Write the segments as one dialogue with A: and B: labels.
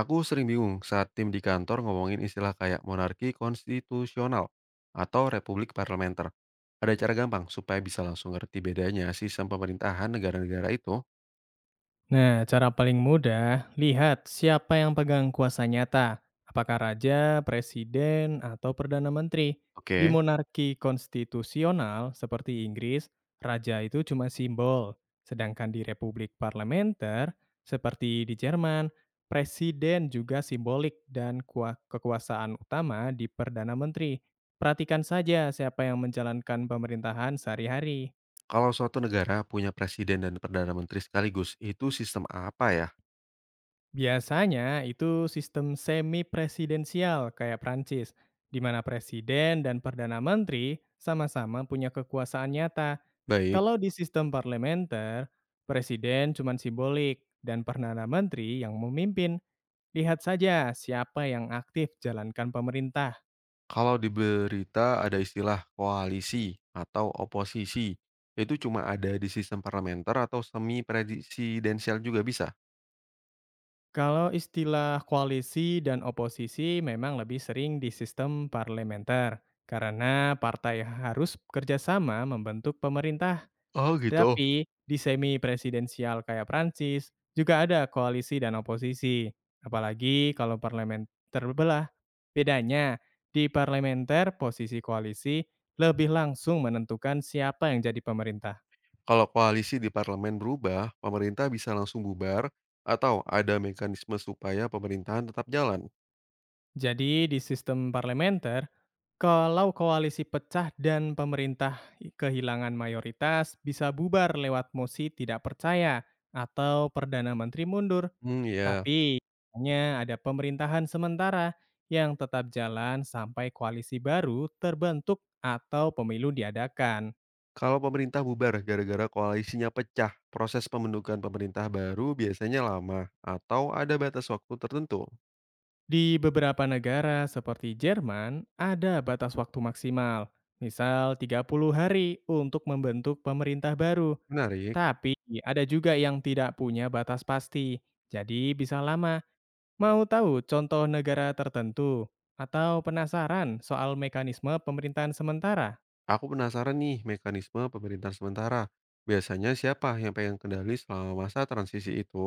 A: Aku sering bingung saat tim di kantor ngomongin istilah kayak monarki konstitusional atau republik parlementer. Ada cara gampang supaya bisa langsung ngerti bedanya sistem pemerintahan negara-negara itu.
B: Nah, cara paling mudah, lihat siapa yang pegang kuasa nyata. Apakah raja, presiden, atau perdana menteri. Di
A: Oke.
B: monarki konstitusional seperti Inggris, raja itu cuma simbol. Sedangkan di republik parlementer seperti di Jerman, presiden juga simbolik dan kekuasaan utama di perdana menteri. Perhatikan saja siapa yang menjalankan pemerintahan sehari-hari.
A: Kalau suatu negara punya presiden dan perdana menteri sekaligus, itu sistem apa ya?
B: Biasanya itu sistem semi-presidensial kayak Prancis, di mana presiden dan perdana menteri sama-sama punya kekuasaan nyata.
A: Baik,
B: Kalau di sistem parlementer, presiden cuma simbolik dan perdana menteri yang memimpin. Lihat saja siapa yang aktif jalankan pemerintah.
A: kalau di berita ada istilah koalisi atau oposisi, itu cuma ada di sistem parlementer atau semi presidensial juga bisa.
B: Kalau istilah koalisi dan oposisi memang lebih sering di sistem parlementer, karena partai harus kerjasama membentuk pemerintah.
A: Oh gitu.
B: Tapi di semi presidensial kayak Prancis, juga ada koalisi dan oposisi, apalagi kalau parlemen terbelah. Bedanya, di parlementer posisi koalisi lebih langsung menentukan siapa yang jadi pemerintah.
A: Kalau koalisi di parlemen berubah, pemerintah bisa langsung bubar atau ada mekanisme supaya pemerintahan tetap jalan.
B: Jadi di sistem parlementer, kalau koalisi pecah dan pemerintah kehilangan mayoritas bisa bubar lewat mosi tidak percaya atau perdana menteri mundur.
A: Hmm, ya.
B: Tapi, hanya ada pemerintahan sementara yang tetap jalan sampai koalisi baru terbentuk atau pemilu diadakan.
A: Kalau pemerintah bubar gara-gara koalisinya pecah, proses pembentukan pemerintah baru biasanya lama atau ada batas waktu tertentu.
B: Di beberapa negara seperti Jerman, ada batas waktu maksimal, misal 30 hari untuk membentuk pemerintah baru.
A: Menarik.
B: Tapi ada juga yang tidak punya batas pasti, jadi bisa lama. Mau tahu contoh negara tertentu? Atau penasaran soal mekanisme pemerintahan sementara?
A: Aku penasaran nih mekanisme pemerintahan sementara. Biasanya siapa yang pegang kendali selama masa transisi itu?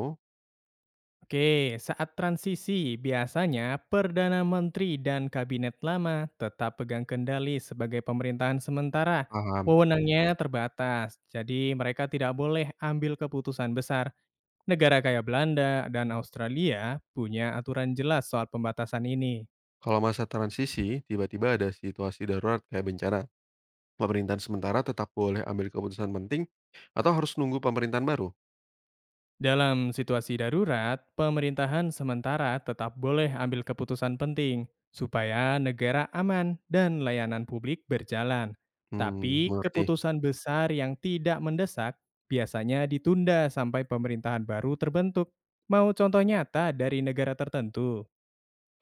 B: Oke, saat transisi biasanya Perdana Menteri dan Kabinet lama tetap pegang kendali sebagai pemerintahan sementara.
A: Paham.
B: Wewenangnya terbatas, jadi mereka tidak boleh ambil keputusan besar. Negara kaya Belanda dan Australia punya aturan jelas soal pembatasan ini.
A: Kalau masa transisi, tiba-tiba ada situasi darurat kayak bencana, pemerintahan sementara tetap boleh ambil keputusan penting atau harus nunggu pemerintahan baru?
B: Dalam situasi darurat, pemerintahan sementara tetap boleh ambil keputusan penting supaya negara aman dan layanan publik berjalan.
A: Mmm,
B: Tapi
A: mengerti.
B: keputusan besar yang tidak mendesak biasanya ditunda sampai pemerintahan baru terbentuk. Mau contoh nyata dari negara tertentu?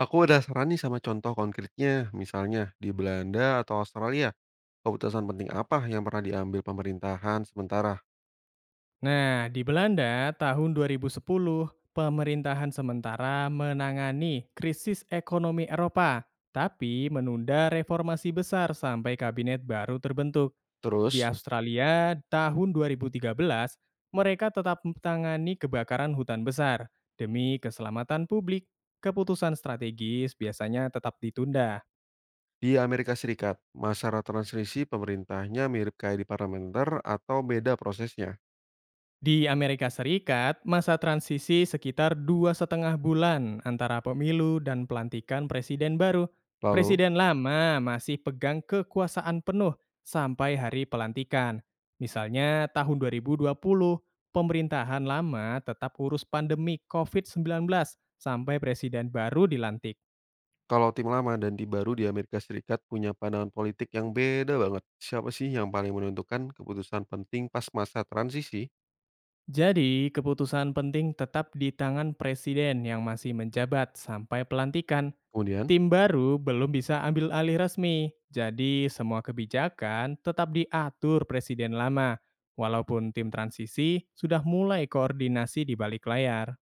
A: Aku ada saran nih sama contoh konkretnya, misalnya di Belanda atau Australia, keputusan penting apa yang pernah diambil pemerintahan sementara?
B: Nah, di Belanda tahun 2010, pemerintahan sementara menangani krisis ekonomi Eropa, tapi menunda reformasi besar sampai kabinet baru terbentuk.
A: Terus,
B: Di Australia tahun 2013, mereka tetap menangani kebakaran hutan besar. Demi keselamatan publik, keputusan strategis biasanya tetap ditunda.
A: di Amerika Serikat, masalah transisi pemerintahnya mirip kayak di parlementer atau beda prosesnya?
B: Di Amerika Serikat, masa transisi sekitar 2,5 bulan antara pemilu dan pelantikan presiden baru.
A: Lalu,
B: Presiden lama masih pegang kekuasaan penuh sampai hari pelantikan. Misalnya tahun 2020, pemerintahan lama tetap urus pandemi COVID-19 sampai presiden baru dilantik.
A: kalau tim lama dan tim baru di Amerika Serikat punya pandangan politik yang beda banget, siapa sih yang paling menentukan keputusan penting pas masa transisi?
B: Jadi, keputusan penting tetap di tangan presiden yang masih menjabat sampai pelantikan.
A: Kemudian,
B: Tim baru belum bisa ambil alih resmi, jadi semua kebijakan tetap diatur presiden lama, walaupun tim transisi sudah mulai koordinasi di balik layar.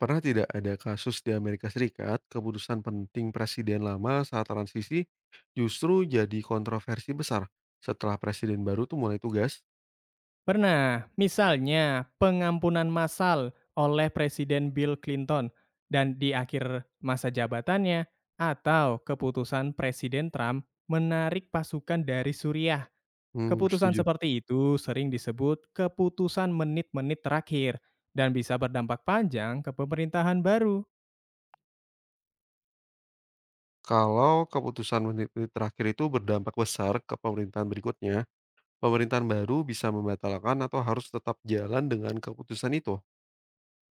A: pernah tidak ada kasus di Amerika Serikat, keputusan penting presiden lama saat transisi justru jadi kontroversi besar setelah presiden baru tuh mulai tugas?
B: Pernah, misalnya pengampunan massal oleh Presiden Bill Clinton dan di akhir masa jabatannya, atau keputusan Presiden Trump menarik pasukan dari Suriah.
A: Hmm,
B: Keputusan
A: setuju.
B: seperti itu sering disebut keputusan menit-menit terakhir dan bisa berdampak panjang ke pemerintahan baru.
A: Kalau keputusan menit-menit terakhir itu berdampak besar ke pemerintahan berikutnya, pemerintahan baru bisa membatalkan atau harus tetap jalan dengan keputusan itu.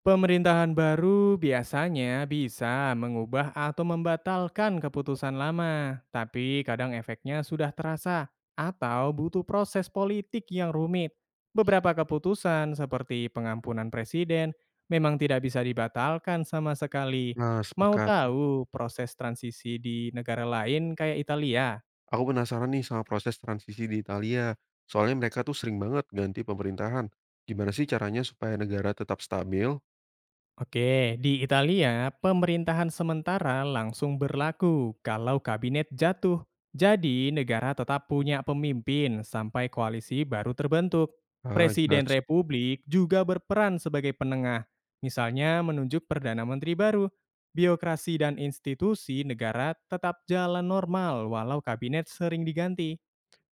B: Pemerintahan baru biasanya bisa mengubah atau membatalkan keputusan lama, tapi kadang efeknya sudah terasa atau butuh proses politik yang rumit. Beberapa keputusan seperti pengampunan presiden memang tidak bisa dibatalkan sama sekali.
A: Nah,
B: Mau
A: sepakat.
B: tahu proses transisi di negara lain kayak Italia?
A: Aku penasaran nih sama proses transisi di Italia. Soalnya mereka tuh sering banget ganti pemerintahan. Gimana sih caranya supaya negara tetap stabil?
B: Oke, di Italia, pemerintahan sementara langsung berlaku kalau kabinet jatuh. Jadi, negara tetap punya pemimpin sampai koalisi baru terbentuk.
A: Ah, jelas.
B: Presiden republik juga berperan sebagai penengah, misalnya menunjuk perdana menteri baru. Birokrasi dan institusi negara tetap jalan normal walau kabinet sering diganti.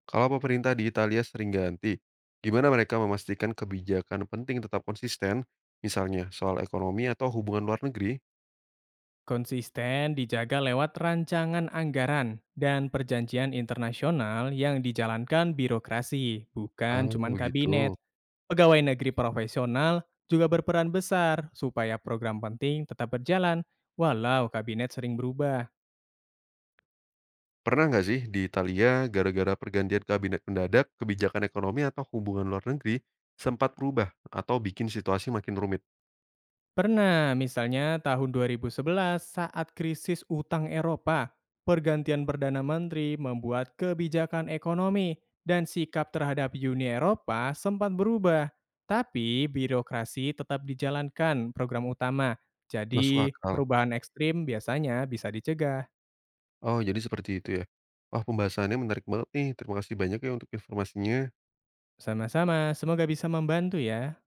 A: Kalau pemerintah di Italia sering ganti, gimana mereka memastikan kebijakan penting tetap konsisten, misalnya soal ekonomi atau hubungan luar negeri?
B: Konsisten dijaga lewat rancangan anggaran dan perjanjian internasional yang dijalankan birokrasi, bukan
A: Ah,
B: cuman
A: begitu.
B: kabinet. Pegawai negeri profesional juga berperan besar supaya program penting tetap berjalan, walau kabinet sering berubah.
A: Pernah nggak sih di Italia gara-gara pergantian kabinet mendadak, kebijakan ekonomi atau hubungan luar negeri sempat berubah atau bikin situasi makin rumit?
B: Pernah, misalnya tahun 2011 saat krisis utang Eropa, pergantian Perdana Menteri membuat kebijakan ekonomi dan sikap terhadap Uni Eropa sempat berubah. Tapi birokrasi tetap dijalankan program utama,
A: Masuk
B: jadi
A: akal.
B: perubahan ekstrim biasanya bisa dicegah.
A: Oh, jadi seperti itu ya. Wah, pembahasannya menarik banget nih. Terima kasih banyak ya untuk informasinya.
B: Sama-sama, semoga bisa membantu ya.